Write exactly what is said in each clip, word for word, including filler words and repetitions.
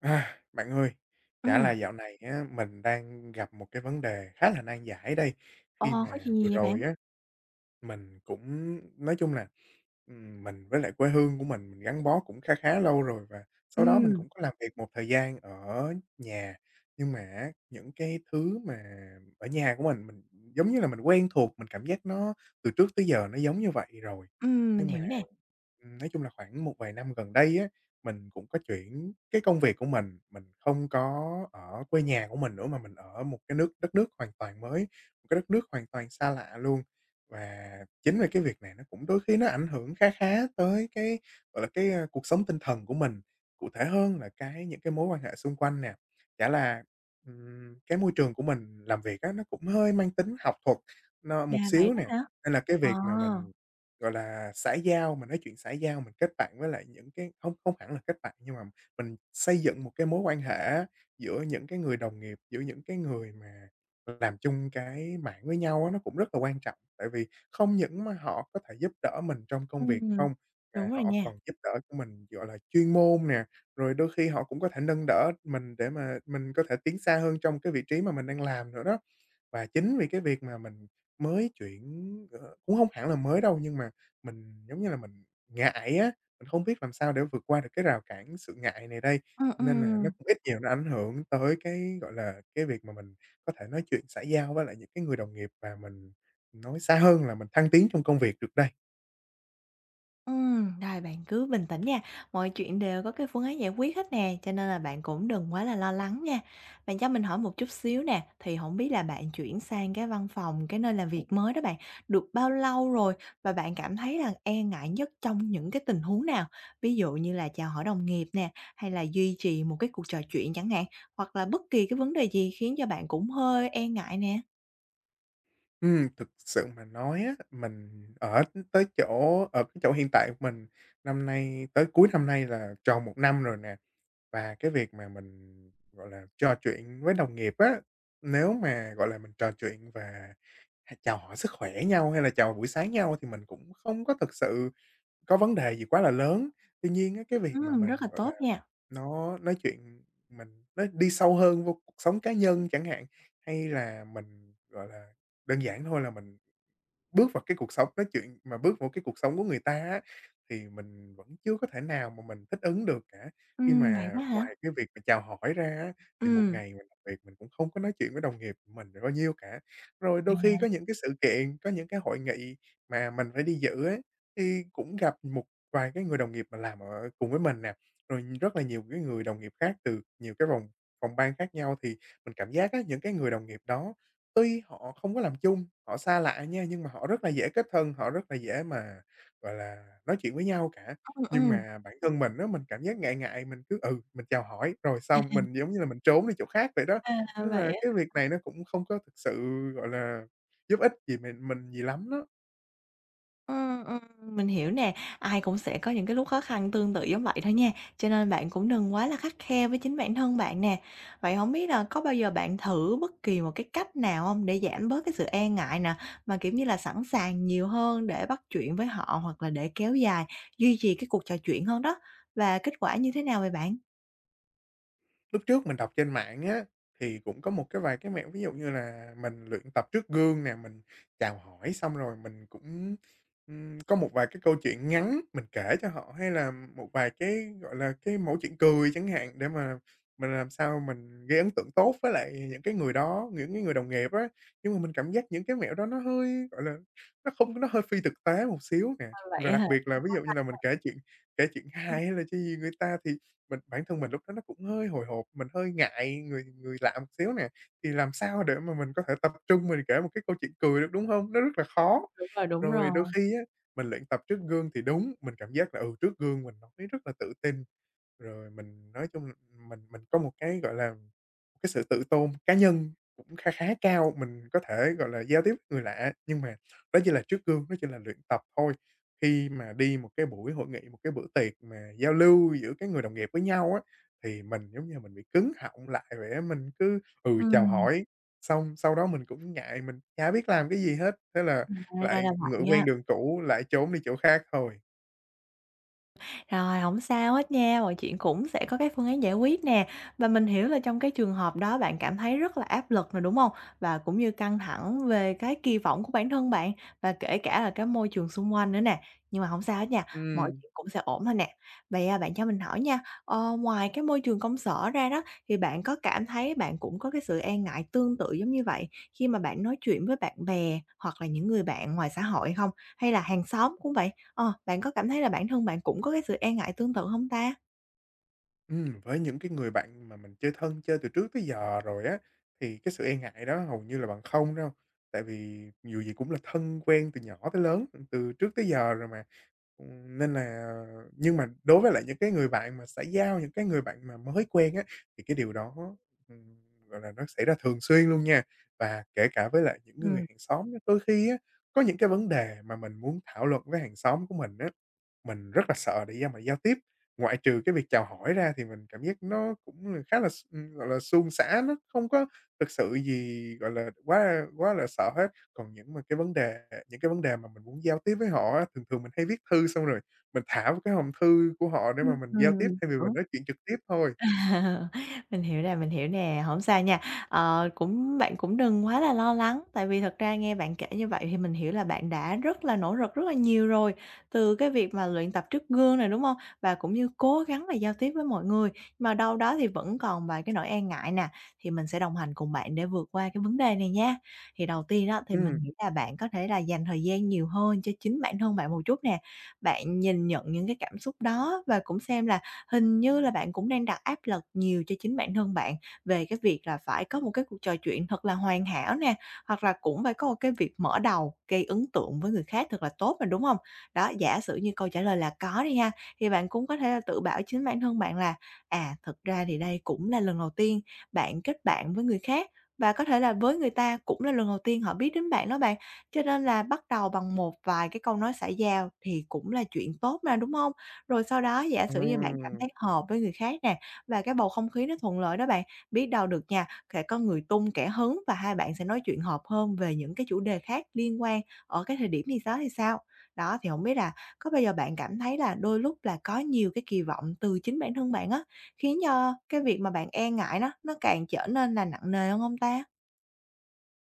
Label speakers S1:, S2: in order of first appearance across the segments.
S1: À, bạn ơi, chả là
S2: Ừm.
S1: dạo này á, mình đang gặp một cái vấn đề khá là nan giải đây.
S2: Ồ,
S1: Khi
S2: có
S1: mà
S2: chuyện
S1: vừa
S2: gì vậy bạn?
S1: rồi á, mình cũng nói chung là, ừm, mình với lại quê hương của mình, mình gắn bó cũng khá khá lâu rồi, và sau đó mình
S2: Ừm,
S1: cũng có làm việc một thời gian ở nhà. Nhưng mà á, những cái thứ mà ở nhà của mình, mình giống như là mình quen thuộc, mình cảm giác nó từ trước tới giờ nó giống như vậy rồi.
S2: ừm, mình
S1: Nhưng mà,
S2: hiểu nè.
S1: ừm, nói chung là khoảng một vài năm gần đây á, mình cũng có chuyển cái công việc của mình, mình không có ở quê nhà của mình nữa mà mình ở một cái nước đất nước hoàn toàn mới, một cái đất nước hoàn toàn xa lạ luôn. Và chính vì cái việc này nó cũng đôi khi nó ảnh hưởng khá khá tới cái, gọi là, cái, a, cuộc sống tinh thần của mình, cụ thể hơn là cái những cái mối quan hệ xung quanh nè. Chả là, ừm, cái môi trường của mình làm việc á, nó cũng hơi mang tính học thuật nó một
S2: À, vậy
S1: xíu
S2: đó
S1: nè,
S2: hả?
S1: nên là cái
S2: Ờ,
S1: việc mà mình, gọi là, xã giao, mình nói chuyện xã giao, mình kết bạn với lại những cái không không hẳn là kết bạn, nhưng mà mình xây dựng một cái mối quan hệ á, giữa những cái người đồng nghiệp, giữa những cái người mà làm chung cái mạng với nhau á, nó cũng rất là quan trọng, tại vì không những mà họ có thể giúp đỡ mình trong công việc
S2: ừm,
S1: không, mà
S2: đúng rồi
S1: họ
S2: nha.
S1: còn giúp đỡ cho mình, gọi là, chuyên môn nè, rồi đôi khi họ cũng có thể nâng đỡ mình để mà mình có thể tiến xa hơn trong cái vị trí mà mình đang làm nữa đó. Và chính vì cái việc mà mình mới chuyển, ờ, cũng không hẳn là mới đâu, nhưng mà mình, giống như là, mình ngại á, mình không biết làm sao để vượt qua được cái rào cản sự ngại này đây,
S2: Ừm,
S1: nên là nó
S2: ừm.
S1: cũng ít nhiều nó ảnh hưởng tới cái, gọi là, cái việc mà mình có thể nói chuyện xã giao với lại những cái người đồng nghiệp và mình nói xa hơn là mình thăng tiến trong công việc được đây.
S2: Ừm, rồi bạn cứ bình tĩnh nha, mọi chuyện đều có cái phương án giải quyết hết nè, cho nên là bạn cũng đừng quá là lo lắng nha. Bạn cho mình hỏi một chút xíu nè, thì không biết là bạn chuyển sang cái văn phòng, cái nơi làm việc mới đó bạn, được bao lâu rồi? Và bạn cảm thấy là e ngại nhất trong những cái tình huống nào? Ví dụ như là chào hỏi đồng nghiệp nè, hay là duy trì một cái cuộc trò chuyện chẳng hạn, hoặc là bất kỳ cái vấn đề gì khiến cho bạn cũng hơi e ngại nè?
S1: Ừm, thực sự mà nói á, mình ở tới chỗ ở cái chỗ hiện tại của mình, năm nay tới cuối năm nay là tròn một năm rồi nè, và cái việc mà mình, gọi là, trò chuyện với đồng nghiệp á, nếu mà, gọi là, mình trò chuyện và chào hỏi sức khỏe nhau hay là chào buổi sáng nhau thì mình cũng không có thực sự có vấn đề gì quá là lớn. Tuy nhiên á, cái việc mà
S2: Ừm,
S1: mình,
S2: rất là
S1: gọi
S2: tốt nha.
S1: Nó nói chuyện mình nó đi sâu hơn vô cuộc sống cá nhân chẳng hạn, hay là mình, gọi là, đơn giản thôi là mình Bước vào cái cuộc sống nói chuyện mà bước vào cái cuộc sống của người ta á, thì mình vẫn chưa có thể nào mà mình thích ứng được cả. Khi
S2: Ừm, vậy
S1: mà
S2: đó hả?
S1: ngoài cái việc mà chào hỏi ra á, thì một
S2: Ừm.
S1: ngày mình làm việc mình cũng không có nói chuyện với đồng nghiệp của mình được bao nhiêu cả. Rồi đôi khi có
S2: À.
S1: những cái sự kiện, có những cái hội nghị mà mình phải đi dự á, thì cũng gặp một vài cái người đồng nghiệp mà làm ở cùng với mình nè, rồi rất là nhiều cái người đồng nghiệp khác từ nhiều cái vòng phòng ban khác nhau, thì mình cảm giác á, những cái người đồng nghiệp đó tuy họ không có làm chung, họ xa lạ nha, nhưng mà họ rất là dễ kết thân, họ rất là dễ mà, gọi là, nói chuyện với nhau cả.
S2: Ừm,
S1: Nhưng
S2: ừm.
S1: mà bản thân mình á, mình cảm giác ngại ngại, mình cứ, ừ, mình chào hỏi, rồi xong mình giống như là mình trốn đi chỗ khác vậy đó.
S2: À,
S1: Nên là
S2: vậy.
S1: cái việc này nó cũng không có thực sự, gọi là, giúp ích gì mình mình gì lắm đó.
S2: Ừm, ừm, mình hiểu nè, ai cũng sẽ có những cái lúc khó khăn tương tự giống vậy thôi nha, cho nên bạn cũng đừng quá là khắt khe với chính bản thân bạn nè. Vậy không biết là có bao giờ bạn thử bất kỳ một cái cách nào không để giảm bớt cái sự e ngại nè, mà, kiểu như là, sẵn sàng nhiều hơn để bắt chuyện với họ hoặc là để kéo dài, duy trì cái cuộc trò chuyện hơn đó, và kết quả như thế nào vậy bạn?
S1: Lúc trước mình đọc trên mạng á, thì cũng có một cái vài cái mẹo, ví dụ như là mình luyện tập trước gương nè, mình chào hỏi xong rồi mình cũng, ừm, có một vài cái câu chuyện ngắn mình kể cho họ, hay là một vài cái, gọi là, cái mẫu chuyện cười chẳng hạn, để mà mình làm sao mình gây ấn tượng tốt với lại những cái người đó, những cái người đồng nghiệp á. Nhưng mà mình cảm giác những cái mẹo đó nó hơi, gọi là, nó không nó hơi phi thực tế một xíu nè,
S2: À,
S1: và
S2: vậy
S1: đặc
S2: hả?
S1: biệt là ví dụ như là mình kể chuyện kể chuyện
S2: Ừm.
S1: hài hay là chuyện gì người ta, thì mình bản thân mình lúc đó nó cũng hơi hồi hộp, mình hơi ngại người người lạ một xíu nè, thì làm sao để mà mình có thể tập trung mình kể một cái câu chuyện cười được, đúng không? Nó rất là khó.
S2: Đúng rồi, đúng
S1: Rồi đôi
S2: rồi.
S1: khi á, mình luyện tập trước gương thì đúng, mình cảm giác là, ừ, trước gương mình nói rất là tự tin. Rồi mình nói chung mình mình có một cái, gọi là, một cái sự tự tôn cá nhân cũng khá khá cao, mình có thể, gọi là, giao tiếp với người lạ, nhưng mà đó chỉ là trước gương, đó chỉ là luyện tập thôi. Khi mà đi một cái buổi hội nghị, một cái bữa tiệc mà giao lưu giữa các người đồng nghiệp với nhau á, thì mình giống như mình bị cứng họng lại vậy á, mình cứ, ừ, chào
S2: Ừm,
S1: hỏi, xong sau đó mình cũng ngại, mình chả biết làm cái gì hết, thế là
S2: ra
S1: lại
S2: là
S1: ngựa
S2: vậy á.
S1: quen đường cũ, lại trốn đi chỗ khác thôi.
S2: Rồi, không sao hết nha, mọi chuyện cũng sẽ có cái phương án giải quyết nè. Và mình hiểu là trong cái trường hợp đó bạn cảm thấy rất là áp lực rồi, đúng không? Và cũng như căng thẳng về cái kỳ vọng của bản thân bạn và kể cả là cái môi trường xung quanh nữa nè. Nhưng mà không sao hết nha, mọi
S1: Ừm.
S2: chuyện cũng sẽ ổn thôi nè. Vậy, à, bạn cho mình hỏi nha, ờ, ngoài cái môi trường công sở ra đó, thì bạn có cảm thấy bạn cũng có cái sự e ngại tương tự giống như vậy khi mà bạn nói chuyện với bạn bè hoặc là những người bạn ngoài xã hội không? Hay là hàng xóm cũng vậy? Ờ, bạn có cảm thấy là bản thân bạn cũng có cái sự e ngại tương tự hông ta?
S1: Ừm, với những cái người bạn mà mình chơi thân, chơi từ trước tới giờ rồi á, thì cái sự e ngại đó hầu như là bằng không đâu, tại vì dù gì cũng là thân quen từ nhỏ tới lớn, từ trước tới giờ rồi mà. Ừm, nên là nhưng mà đối với lại những cái người bạn mà xã giao, những cái người bạn mà mới quen á, thì cái điều đó, ừm, gọi là, nó xảy ra thường xuyên luôn nha. Và kể cả với lại những người
S2: Ừm,
S1: hàng xóm á, đôi khi á, có những cái vấn đề mà mình muốn thảo luận với hàng xóm của mình á, mình rất là sợ để ra mà giao tiếp. Ngoại trừ cái việc chào hỏi ra thì mình cảm giác nó cũng là khá là s ừm, gọi là, suôn sẻ, nó không có thực sự gì, gọi là, quá quá là sợ hết. Còn những mà cái vấn đề những cái vấn đề mà mình muốn giao tiếp với họ á, thường thường mình hay viết thư xong rồi mình thả vào cái hòm thư của họ để mà mình giao
S2: ừm,
S1: tiếp thay vì mình
S2: hiểu.
S1: nói chuyện trực tiếp thôi.
S2: Mình hiểu nè, mình hiểu nè, hổng sao nha. Ờ, cũng bạn cũng đừng quá là lo lắng, tại vì thật ra nghe bạn kể như vậy thì mình hiểu là bạn đã rất là nỗ lực rất là nhiều rồi, từ cái việc mà luyện tập trước gương này, đúng không? Và cũng như cố gắng là giao tiếp với mọi người, mà đâu đó thì vẫn còn vài cái nỗi e ngại nè, thì mình sẽ đồng hành cùng bạn để vượt qua cái vấn đề này nha. Thì đầu tiên đó thì mình
S1: Ừm,
S2: nghĩ là bạn có thể là dành thời gian nhiều hơn cho chính bản thân bạn một chút nè. Bạn nhìn nhận những cái cảm xúc đó và cũng xem là hình như là bạn cũng đang đặt áp lực nhiều cho chính bản thân bạn về cái việc là phải có một cái cuộc trò chuyện thật là hoàn hảo nè, hoặc là cũng phải có một cái việc mở đầu gây ấn tượng với người khác thật là tốt mà, đúng không? Đó, giả sử như câu trả lời là có đi ha, thì bạn cũng có thể là tự bảo chính bản thân bạn là "À, thật ra thì đây cũng là lần đầu tiên bạn kết bạn với người khác, và có thể là với người ta cũng là lần đầu tiên họ biết đến bạn đó bạn, cho nên là bắt đầu bằng một vài cái câu nói xã giao thì cũng là chuyện tốt mà", đúng không? Rồi sau đó giả
S1: ờ.
S2: sử như bạn cảm thấy hợp với người khác nè, và cái bầu không khí nó thuận lợi đó bạn, biết đâu được nha, sẽ có người tung kẻ hứng và hai bạn sẽ nói chuyện hợp hơn về những cái chủ đề khác liên quan ở cái thời điểm gì đó thì sao? Đó, thì không biết là có bao giờ bạn cảm thấy là đôi lúc là có nhiều cái kỳ vọng từ chính bản thân bạn á, khiến cho cái việc mà bạn e ngại nó nó càng trở nên là nặng nề hơn không ta?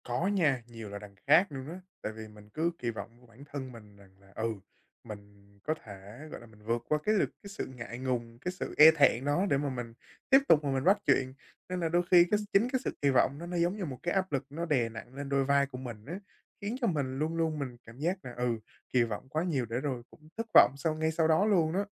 S1: Có nha, nhiều là đằng khác luôn đó, tại vì mình cứ kỳ vọng của bản thân mình rằng là, ừ, mình có thể, gọi là, mình vượt qua cái lực cái sự ngại ngùng, cái sự e thẹn đó để mà mình tiếp tục mà mình bắt chuyện. Nên là đôi khi cái chính cái sự kỳ vọng nó nó giống như một cái áp lực nó đè nặng lên đôi vai của mình á, khiến cho mình luôn luôn mình cảm giác là, ừ, kỳ vọng quá nhiều để rồi cũng thất vọng sau ngay sau đó luôn đó.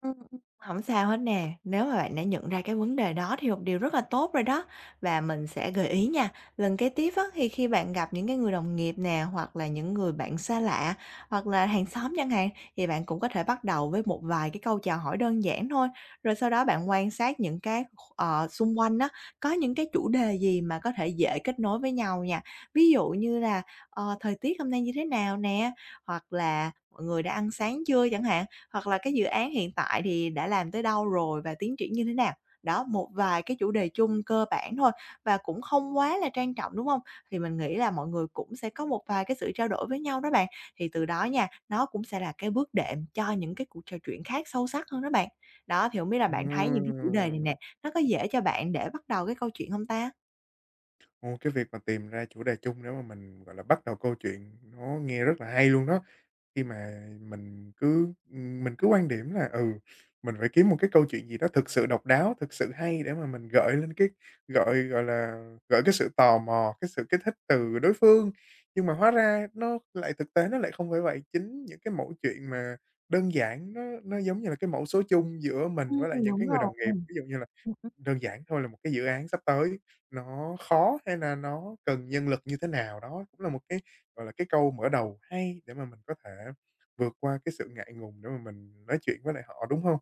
S2: Ừm, ừm, hổng sao hết nè. Nếu mà bạn đã nhận ra cái vấn đề đó thì một điều rất là tốt rồi đó. Và mình sẽ gợi ý nha, lần kế tiếp á, thì khi bạn gặp những cái người đồng nghiệp nè, hoặc là những người bạn xa lạ, hoặc là hàng xóm chẳng hạn, thì bạn cũng có thể bắt đầu với một vài cái câu chào hỏi đơn giản thôi. Rồi sau đó bạn quan sát những cái, ờ, xung quanh á, có những cái chủ đề gì mà có thể dễ kết nối với nhau nha. Ví dụ như là, ờ, thời tiết hôm nay như thế nào nè, hoặc là mọi người đã ăn sáng chưa chẳng hạn. Hoặc là cái dự án hiện tại thì đã làm tới đâu rồi và tiến triển như thế nào? Đó, một vài cái chủ đề chung cơ bản thôi và cũng không quá là trang trọng, đúng không? Thì mình nghĩ là mọi người cũng sẽ có một vài cái sự trao đổi với nhau đó bạn, thì từ đó nha, nó cũng sẽ là cái bước đệm cho những cái cuộc trò chuyện khác sâu sắc hơn đó bạn. Đó, thì hổng biết là bạn thấy những cái chủ đề này
S1: Ừm,
S2: nè, nó có dễ cho bạn để bắt đầu cái câu chuyện không ta?
S1: Ồ, cái việc mà tìm ra chủ đề chung để mà mình, gọi là, bắt đầu câu chuyện nó nghe rất là hay luôn đó. Khi mà mình cứ mình cứ quan điểm là, ừ, mình phải kiếm một cái câu chuyện gì đó thực sự độc đáo, thực sự hay để mà mình gợi lên cái gợi, gọi là, gợi cái sự tò mò, cái sự kích thích từ đối phương. Nhưng mà hóa ra nó lại thực tế nó lại không phải vậy, chính những cái mẫu chuyện mà đơn giản nó nó giống như là cái mẫu số chung giữa mình
S2: Ừm,
S1: với lại những
S2: đúng
S1: cái người
S2: rồi,
S1: đồng nghiệp.
S2: ừm.
S1: Ví dụ như là đơn giản thôi là một cái dự án sắp tới nó khó hay là nó cần nhân lực như thế nào, đó cũng là một cái, gọi là, cái câu mở đầu hay để mà mình có thể vượt qua cái sự ngại ngùng để mà mình nói chuyện với lại họ, đúng không?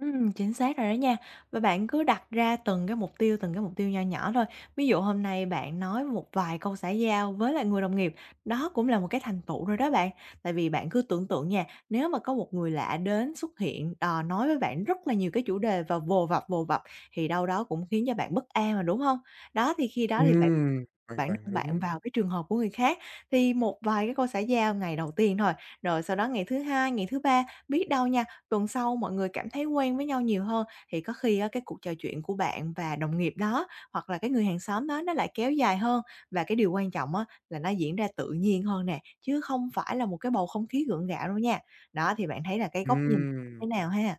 S2: Ừm, chính xác rồi đó nha. Và bạn cứ đặt ra từng cái mục tiêu, từng cái mục tiêu nho nhỏ thôi. Ví dụ hôm nay bạn nói một vài câu xã giao với lại người đồng nghiệp, đó cũng là một cái thành tựu rồi đó bạn. Tại vì bạn cứ tưởng tượng nha, nếu mà có một người lạ đến xuất hiện, ờ, nói với bạn rất là nhiều cái chủ đề và vồ vập, vồ vập thì đâu đó cũng khiến cho bạn bất an mà, đúng không? Đó, thì khi đó thì bạn.
S1: Ừm, hoàn
S2: Bản
S1: toàn là
S2: thân bạn
S1: đúng.
S2: vào cái trường hợp của người khác, thì một vài cái cô xã giao ngày đầu tiên thôi, rồi sau đó ngày thứ hai, ngày thứ ba, biết đâu nha, tuần sau mọi người cảm thấy quen với nhau nhiều hơn, thì có khi á cái cuộc trò chuyện của bạn và đồng nghiệp đó, hoặc là cái người hàng xóm đó nó lại kéo dài hơn. Và cái điều quan trọng á là nó diễn ra tự nhiên hơn nè, chứ không phải là một cái bầu không khí gượng gạo đâu nha. Đó, thì bạn thấy là cái góc nhìn như
S1: Ừm.
S2: thế nào ha?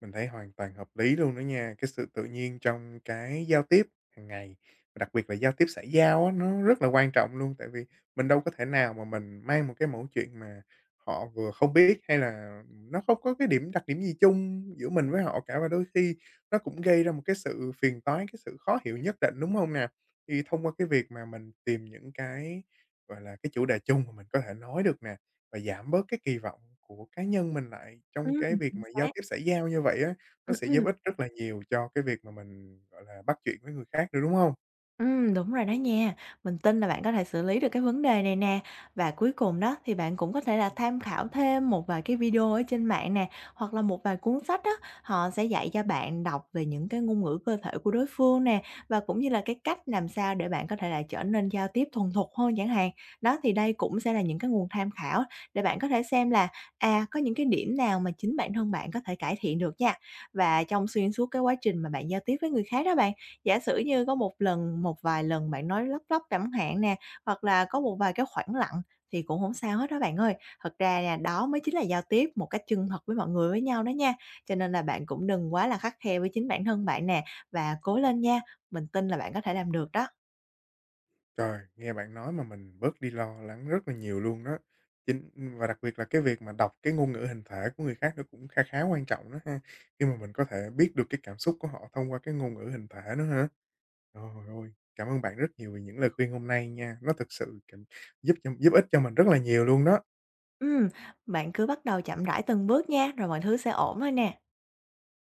S1: Mình thấy hoàn toàn hợp lý luôn đó nha, cái sự tự nhiên trong cái giao tiếp hàng ngày, và đặc biệt là giao tiếp xã giao á, nó rất là quan trọng luôn. Tại vì mình đâu có thể nào mà mình mang một cái mẫu chuyện mà họ vừa không biết, hay là nó không có cái điểm đặc điểm gì chung giữa mình với họ cả, và đôi khi nó cũng gây ra một cái sự phiền toái, cái sự khó hiểu nhất định, đúng không nè? Thì thông qua cái việc mà mình tìm những cái, gọi là, cái chủ đề chung mà mình có thể nói được nè, và giảm bớt cái kỳ vọng của cá nhân mình lại trong
S2: Ừm,
S1: cái việc
S2: chính
S1: mà giao
S2: xác.
S1: tiếp xã giao như vậy á,
S2: Ừm,
S1: nó sẽ
S2: ừm.
S1: giúp ích rất là nhiều cho cái việc mà mình, gọi là, bắt chuyện với người khác nữa, đúng hông?
S2: Ừm, đúng rồi đó nha. Mình tin là bạn có thể xử lý được cái vấn đề này nè. Và cuối cùng đó thì bạn cũng có thể là tham khảo thêm một vài cái video ở trên mạng nè, hoặc là một vài cuốn sách đó họ sẽ dạy cho bạn đọc về những cái ngôn ngữ cơ thể của đối phương nè, và cũng như là cái cách làm sao để bạn có thể là trở nên giao tiếp thuần thục hơn chẳng hạn. Đó, thì đây cũng sẽ là những cái nguồn tham khảo để bạn có thể xem là, à, có những cái điểm nào mà chính bản thân bạn có thể cải thiện được nha. Và trong xuyên suốt cái quá trình mà bạn giao tiếp với người khác đó bạn. Giả sử như có một lần, một vài lần bạn nói lấp lấp chẳng hạn nè, hoặc là có một vài cái khoảng lặng thì cũng không sao hết đó bạn ơi. Thật ra nha, đó mới chính là giao tiếp một cách chân thật với mọi người với nhau đó nha. Cho nên là bạn cũng đừng quá là khắt khe với chính bản thân bạn nè, và cố lên nha, mình tin là bạn có thể làm được đó.
S1: Trời, nghe bạn nói mà mình bớt đi lo lắng rất là nhiều luôn đó. Chính và đặc biệt là cái việc mà đọc cái ngôn ngữ hình thể của người khác nó cũng kha khá quan trọng đó ha, khi mà mình có thể biết được cái cảm xúc của họ thông qua cái ngôn ngữ hình thể nữa hả? Trời ơi, cảm ơn bạn rất nhiều vì những lời khuyên hôm nay nha, nó thực sự cảm giúp cho giúp ích cho mình rất là nhiều luôn đó.
S2: Ừm, bạn cứ bắt đầu chậm rãi từng bước nha, rồi mọi thứ sẽ ổn thôi nè.